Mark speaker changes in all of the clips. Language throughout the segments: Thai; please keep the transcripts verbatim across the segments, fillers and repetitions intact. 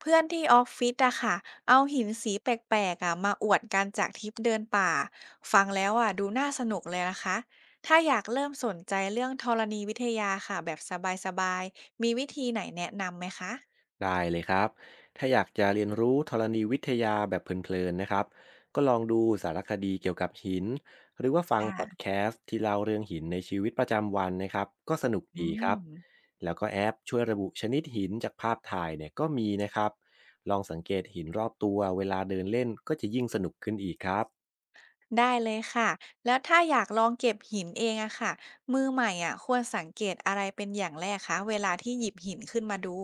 Speaker 1: เพื่อนที่ออฟฟิศอะค่ะเอาหินสีแปลกๆอะมาอวดกันจากทริปเดินป่า ฟังแล้วอะดูน่าสนุกเลยนะคะ ถ้าอยากเริ่มสนใจเรื่องธรณีวิทยาค่ะแบบสบายๆ มีวิธีไหนแนะนำไหมคะ
Speaker 2: ได้เลยครับ ถ้าอยากจะเรียนรู้ธรณีวิทยาแบบเพลินๆนะครับก็ลองดูสารคดีเกี่ยวกับหิน หรือว่าฟังพอด
Speaker 1: ค่ะ
Speaker 2: แคสต์ที่เล่าเรื่องหินในชีวิตประจำวันนะครับก็สนุก
Speaker 1: อื
Speaker 2: ดีครั
Speaker 1: ม
Speaker 2: บ แล้วก็แอปช่วยระบุชนิดหินจากภาพถ่ายเนี่ยก็มีนะครับลองสังเกตหินรอบตัวเวลาเดินเล่นก็จะยิ่งสนุกขึ้นอีกครับ
Speaker 1: ได้เลยค่ะ แล้วถ้าอยากลองเก็บหินเองอะค่ะ มือใหม่อะควรสังเกตอะไรเป็นอย่างแรกคะเวลาที่หยิบหินขึ้นมาดู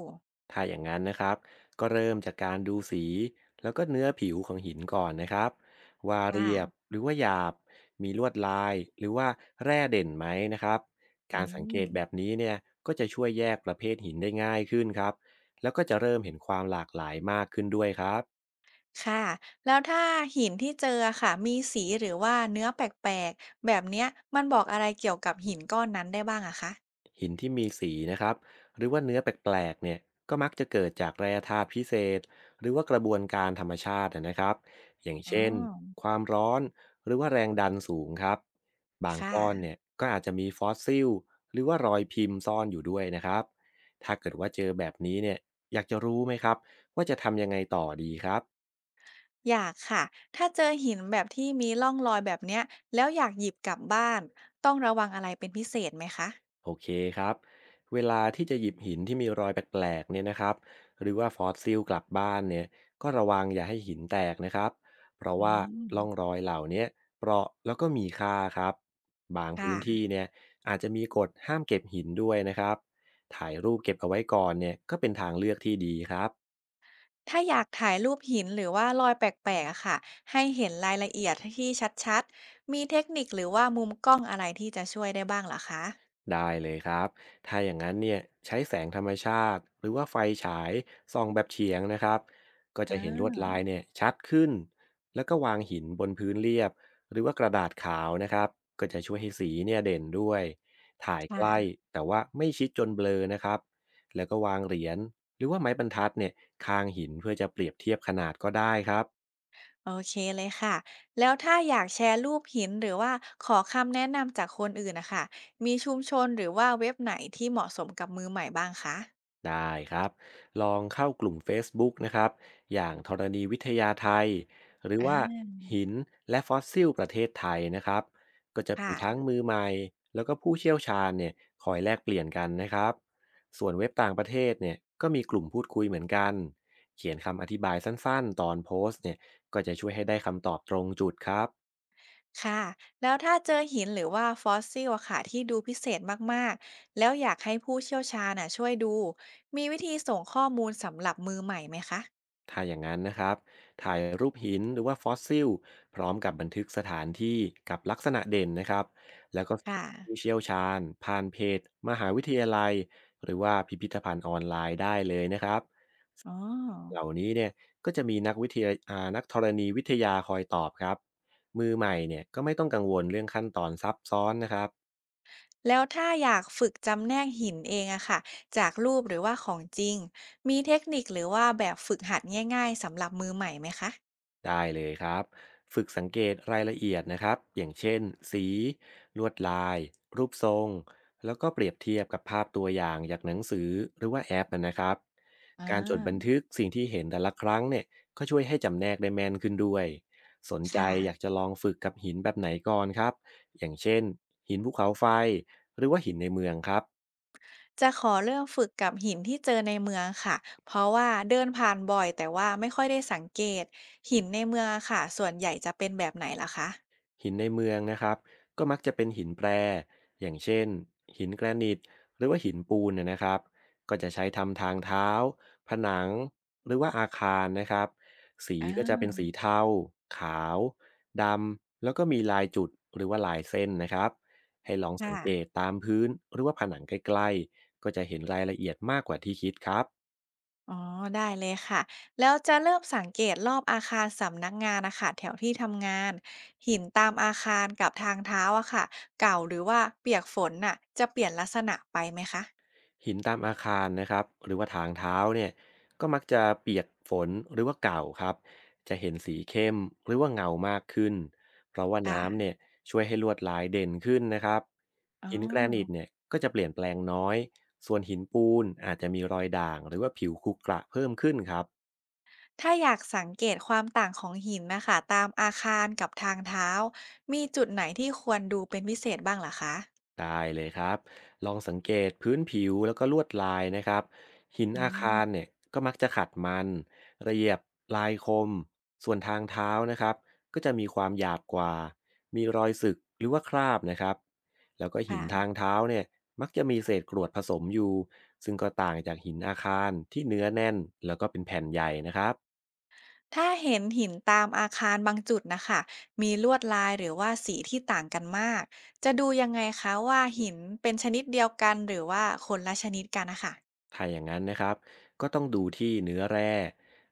Speaker 2: ถ้าอย่างนั้นนะครับก็เริ่มจากการดูสีแล้วก็เนื้อผิวของหินก่อนนะครับว่า
Speaker 1: ค่ะ
Speaker 2: เรียบหรือว่าหยาบมีลวดลายหรือว่าแร่เด่นไหมนะครับ
Speaker 1: อื
Speaker 2: การสังเก
Speaker 1: ม
Speaker 2: ตแบบนี้เนี่ยก็จะช่วยแยกประเภทหินได้ง่ายขึ้นครับแล้วก็จะเริ่มเห็นความหลากหลายมากขึ้นด้วยครับ
Speaker 1: ค่ะแล้วถ้าหินที่เจอค่ะมีสีหรือว่าเนื้อแปลกๆแบบเนี้ยมันบอกอะไรเกี่ยวกับหินก้อนนั้นได้บ้างอะคะ
Speaker 2: หินที่มีสีนะครับหรือว่าเนื้อแปลกๆเนี่ยก็มักจะเกิดจากแร่ธาตุพิเศษหรือว่ากระบวนการธรรมชาตินะครับอย่าง
Speaker 1: อ๋อ
Speaker 2: เช่นความร้อนหรือว่าแรงดันสูงครับบางก้อน
Speaker 1: ค่ะ
Speaker 2: เนี่ยก็อาจจะมีฟอสซิลหรือว่ารอยพิมพ์ซ่อนอยู่ด้วยนะครับถ้าเกิดว่าเจอแบบนี้เนี่ยอยากจะรู้ไหมครับว่าจะทำยังไงต่อดีครับ
Speaker 1: อยากค่ะถ้าเจอหินแบบที่มีร่องรอยแบบเนี้ยแล้วอยากหยิบกลับบ้านต้องระวังอะไรเป็นพิเศษไหมคะ
Speaker 2: โอเคครับเวลาที่จะหยิบหินที่มีรอยแปลกๆเนี่ยนะครับหรือว่าฟอสซิลกลับบ้านเนี่ยก็ระวังอย่าให้หินแตกนะครับเพราะ
Speaker 1: อื
Speaker 2: ว่าร่องร
Speaker 1: ม
Speaker 2: อยเหล่าเนี้ยเปราะแล้วก็มีค่าครับบาง
Speaker 1: ค่ะ
Speaker 2: พื้นที่เนี่ยอาจจะมีกฎห้ามเก็บหินด้วยนะครับถ่ายรูปเก็บเอาไว้ก่อนเนี่ยก็เป็นทางเลือกที่ดีครับ
Speaker 1: ถ้าอยากถ่ายรูปหินหรือว่ารอยแปลกๆอะค่ะให้เห็นรายละเอียดที่ชัดๆมีเทคนิคหรือว่ามุมกล้องอะไรที่จะช่วยได้บ้างเหรอคะ
Speaker 2: ได้เลยครับ ถ้าอย่างนั้นเนี่ยใช้แสงธรรมชาติหรือว่าไฟฉายส่องแบบเฉียงนะครับก็
Speaker 1: อ่
Speaker 2: จะเห็นลว
Speaker 1: า
Speaker 2: ดลายเนี่ยชัดขึ้นแล้วก็วางหินบนพื้นเรียบหรือว่ากระดาษขาวนะครับก็จะช่วยให้สีเนี่ยเด่นด้วยถ่ายใกล้
Speaker 1: ค่ะ
Speaker 2: แต่ว่าไม่ชิดจนเบลอนะครับแล้วก็วางเหรียญหรือว่าไม้บรรทัดเนี่ยคางหินเพื่อจะเปรียบเทียบขนาดก็ได้ครับ
Speaker 1: โอเคเลยค่ะ แล้วถ้าอยากแชร์รูปหินหรือว่าขอคำแนะนำจากคนอื่นนะคะมีชุมชนหรือว่าเว็บไหนที่เหมาะสมกับมือใหม่บ้างคะ
Speaker 2: ได้ครับลองเข้ากลุ่ม เฟซบุ๊ก นะครับอย่างธรณีวิทยาไทยหรือ
Speaker 1: อ่
Speaker 2: ว่า
Speaker 1: า
Speaker 2: หินและฟอสซิลประเทศไทยนะครับก็จะมีทั้
Speaker 1: ค่ะ
Speaker 2: งมือใหม่แล้วก็ผู้เชี่ยวชาญเนี่ยคอยแลกเปลี่ยนกันนะครับส่วนเว็บต่างประเทศเนี่ยก็มีกลุ่มพูดคุยเหมือนกันเขียนคำอธิบายสั้นๆตอนโพสต์เนี่ยก็จะช่วยให้ได้คำตอบตรงจุดครับ
Speaker 1: ค่ะแล้วถ้าเจอหินหรือว่าฟอสซิลอะค่ะที่ดูพิเศษมากๆแล้วอยากให้ผู้เชี่ยวชาญน่ะช่วยดูมีวิธีส่งข้อมูลสำหรับมือใหม่ไหมคะ
Speaker 2: ถ้าอย่างนั้นนะครับถ่ายรูปหินหรือว่าฟอสซิลพร้อมกับบันทึกสถานที่กับลักษณะเด่นนะครับ
Speaker 1: ค่ะ
Speaker 2: ผู้เชี่ยวชาญผ่านเพจมหาวิทยาลัยหรือว่าพิพิธภัณฑ์ออนไลน์ได้เลยนะครับ
Speaker 1: อ๋อ
Speaker 2: เหล่านี้เนี่ยก็จะมีนักวิทยาอ่านักธรณีวิทยาคอยตอบครับมือใหม่เนี่ยก็ไม่ต้องกังวลเรื่องขั้นตอนซับซ้อนนะครับ
Speaker 1: แล้วถ้าอยากฝึกจำแนกหินเองอะค่ะจากรูปหรือว่าของจริงมีเทคนิคหรือว่าแบบฝึกหัดง่ายๆสำหรับมือใหม่ไหมคะ
Speaker 2: ได้เลยครับ ฝึกสังเกตรายละเอียดนะครับ อย่างเช่นสีลวดลายรูปทรงแล้วก็เปรียบเทียบกับภาพตัวอย่างจากหนังสือหรือว่าแอปนะครับ
Speaker 1: อ่
Speaker 2: การจดบัน
Speaker 1: า
Speaker 2: ทึกสิ่งที่เห็นแต่ละครั้งเนี่ยก็ช่วยให้จำแนกได้แม่นขึ้นด้วย สนใจ
Speaker 1: ค่ะ
Speaker 2: อยากจะลองฝึกกับหินแบบไหนก่อนครับอย่างเช่นหินภูเขาไฟหรือว่าหินในเมืองครับ
Speaker 1: จะขอเริ่มฝึกกับหินที่เจอในเมืองค่ะเพราะว่าเดินผ่านบ่อยแต่ว่าไม่ค่อยได้สังเกตหินในเมืองอะค่ะส่วนใหญ่จะเป็นแบบไหนล่ะคะ
Speaker 2: หินในเมืองนะครับก็มักจะเป็นหินแปรอย่างเช่นหินแกรนิตหรือว่าหินปูนนะนะครับก็จะใช้ทำทางเท้าผนังหรือว่าอาคารนะครับสี
Speaker 1: อ่
Speaker 2: ก็จะ
Speaker 1: า
Speaker 2: เป็นสีเทาขาวดำแล้วก็มีลายจุดหรือว่าลายเส้นนะครับให้ลองสังเก
Speaker 1: ค่ะ
Speaker 2: ตตามพื้นหรือว่าผนังใกล้ๆก็จะเห็นรายละเอียดมากกว่าที่คิดครับ
Speaker 1: อ๋อได้เลยค่ะแล้วจะเริ่มสังเกตรอบอาคารสำนักงานนะคะแถวที่ทำงานหินตามอาคารกับทางเท้าอะค่ะเก่าหรือว่าเปียกฝนน่ะจะเปลี่ยนลักษณะไปไหมคะ
Speaker 2: หินตามอาคารนะครับหรือว่าทางเท้าเนี่ยก็มักจะเปียกฝนหรือว่าเก่าครับจะเห็นสีเข้มหรือว่าเงามากขึ้นเพราะว่าน้ำ
Speaker 1: ค่ะ
Speaker 2: เนี่ยช่วยให้ลวดลายเด่นขึ้นนะครับ
Speaker 1: อ๋อ
Speaker 2: หินแกรนิตเนี่ยก็จะเปลี่ยนแปลงน้อยส่วนหินปูนอาจจะมีรอยด่างหรือว่าผิวขรุขระเพิ่มขึ้นครับ
Speaker 1: ถ้าอยากสังเกตความต่างของหินนะคะตามอาคารกับทางเท้ามีจุดไหนที่ควรดูเป็นพิเศษบ้างเหรอคะ
Speaker 2: ได้เลยครับลองสังเกตพื้นผิวแล้วก็ลวดลายนะครับหิน
Speaker 1: อื
Speaker 2: อาคาร
Speaker 1: ม
Speaker 2: เนี่ยก็มักจะขัดมันละเอียบลายคมส่วนทางเท้านะครับก็จะมีความหยาบกว่ามีรอยสึกหรือว่าคราบนะครับแล้วก็หินทาง
Speaker 1: ค่ะ
Speaker 2: เท้าเนี่ยมักจะมีเศษกรวดผสมอยู่ซึ่งก็ต่างจากหินอาคารที่เนื้อแน่นแล้วก็เป็นแผ่นใหญ่นะครับ
Speaker 1: ถ้าเห็นหินตามอาคารบางจุดนะคะมีลวดลายหรือว่าสีที่ต่างกันมากจะดูยังไงคะว่าหินเป็นชนิดเดียวกันหรือว่าคนละชนิดกันนะคะ
Speaker 2: ถ้าอย่างนั้นนะครับก็ต้องดูที่เนื้อแร่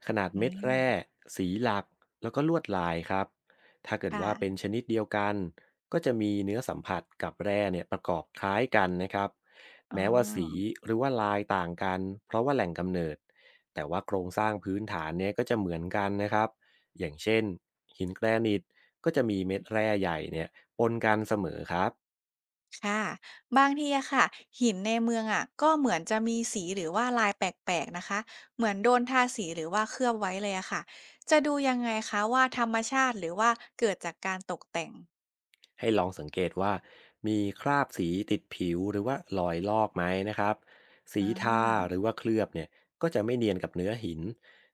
Speaker 2: ขนาด
Speaker 1: อื
Speaker 2: เม็ดแร่
Speaker 1: ม
Speaker 2: สีหลักแล้วก็ลวดลายครับถ้าเกิดว่าเป็
Speaker 1: ค่ะ
Speaker 2: นชนิดเดียวกันก็จะมีเนื้อสัมผัสกับแร่เนี่ยประกอบคล้ายกันนะครับ
Speaker 1: อ๋อ
Speaker 2: แม้ว่าสีหรือว่าลายต่างกันเพราะว่าแหล่งกำเนิดแต่ว่าโครงสร้างพื้นฐานเนี่ยก็จะเหมือนกันนะครับอย่างเช่นหินแกรนิตก็จะมีเม็ดแร่ใหญ่เนี่ยปนกันเสมอครับ
Speaker 1: ค่ะบางทีอะค่ะหินในเมืองอะก็เหมือนจะมีสีหรือว่าลายแปลกๆนะคะเหมือนโดนทาสีหรือว่าเคลือบไว้เลยอะค่ะจะดูยังไงคะว่าธรรมชาติหรือว่าเกิดจากการตกแต่ง
Speaker 2: ให้ลองสังเกตว่ามีคราบสีติดผิวหรือว่ารอยลอกไหมนะครับ
Speaker 1: อ่
Speaker 2: สีทา
Speaker 1: า
Speaker 2: หรือว่าเคลือบเนี่ยก็จะไม่เนียนกับเนื้อหิน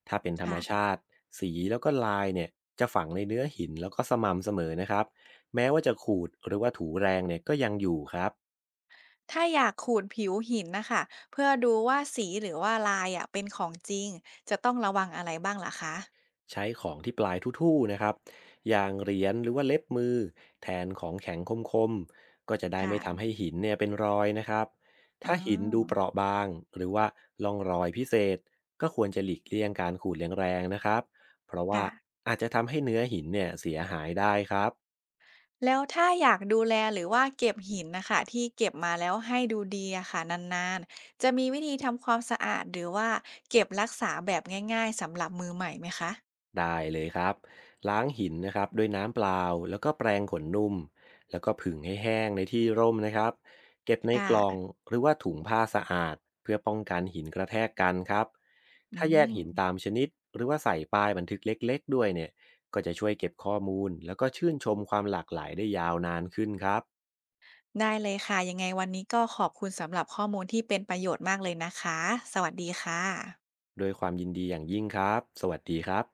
Speaker 2: ถ้าเป็นธรรม
Speaker 1: ค่ะ
Speaker 2: ชาติสีแล้วก็ลายเนี่ยจะฝังในเนื้อหินแล้วก็สม่ำเสมอนะครับแม้ว่าจะขูดหรือว่าถูแรงเนี่ยก็ยังอยู่ครับ
Speaker 1: ถ้าอยากขูดผิวหินนะคะเพื่อดูว่าสีหรือว่าลายอะเป็นของจริงจะต้องระวังอะไรบ้างลหรอคะ
Speaker 2: ใช้ของที่ปลายทู่ๆนะครับอย่างเหรียญหรือว่าเล็บมือแทนของแข็งคมๆก็จะได้ไม่ทำ
Speaker 1: ค่ะ
Speaker 2: ให้หินเนี่ยเป็นรอยนะครับ
Speaker 1: อ๋
Speaker 2: ถ้าหินดูเป
Speaker 1: อ
Speaker 2: ราะบางหรือว่าล่องรอยพิเศษก็ควรจะหลีกเลี่ยงการขูดแรงๆนะครับ เพราะว่า
Speaker 1: ค่ะ
Speaker 2: อาจจะทำให้เนื้อหินเนี่ยเสียหายได้ครับ
Speaker 1: แล้วถ้าอยากดูแลหรือว่าเก็บหินนะคะที่เก็บมาแล้วให้ดูดีอะค่ะนานๆจะมีวิธีทำความสะอาดหรือว่าเก็บรักษาแบบง่ายๆสำหรับมือใหม่ไหมคะ
Speaker 2: ได้เลยครับล้างหินนะครับด้วยน้ำเปล่าแล้วก็แปรงขนนุ่มแล้วก็ผึ่งให้แห้งในที่ร่มนะครับเก็บใน
Speaker 1: ค่
Speaker 2: กล่อง
Speaker 1: ะ
Speaker 2: หรือว่าถุงผ้าสะอาดเพื่อป้องกันหินกระแทกกันครับ
Speaker 1: อื
Speaker 2: ถ้าแยก
Speaker 1: ม
Speaker 2: หินตามชนิดหรือว่าใส่ป้ายบันทึกเล็กๆด้วยเนี่ยก็จะช่วยเก็บข้อมูลแล้วก็ชื่นชมความหลากหลายได้ยาวนานขึ้นครับ
Speaker 1: ได้เลยค่ะยังไงวันนี้ก็ขอบคุณสำหรับข้อมูลที่เป็นประโยชน์มากเลยนะคะสวัสดีค่ะ
Speaker 2: โดวยความยินดีอย่างยิ่งครับสวัสดีครับ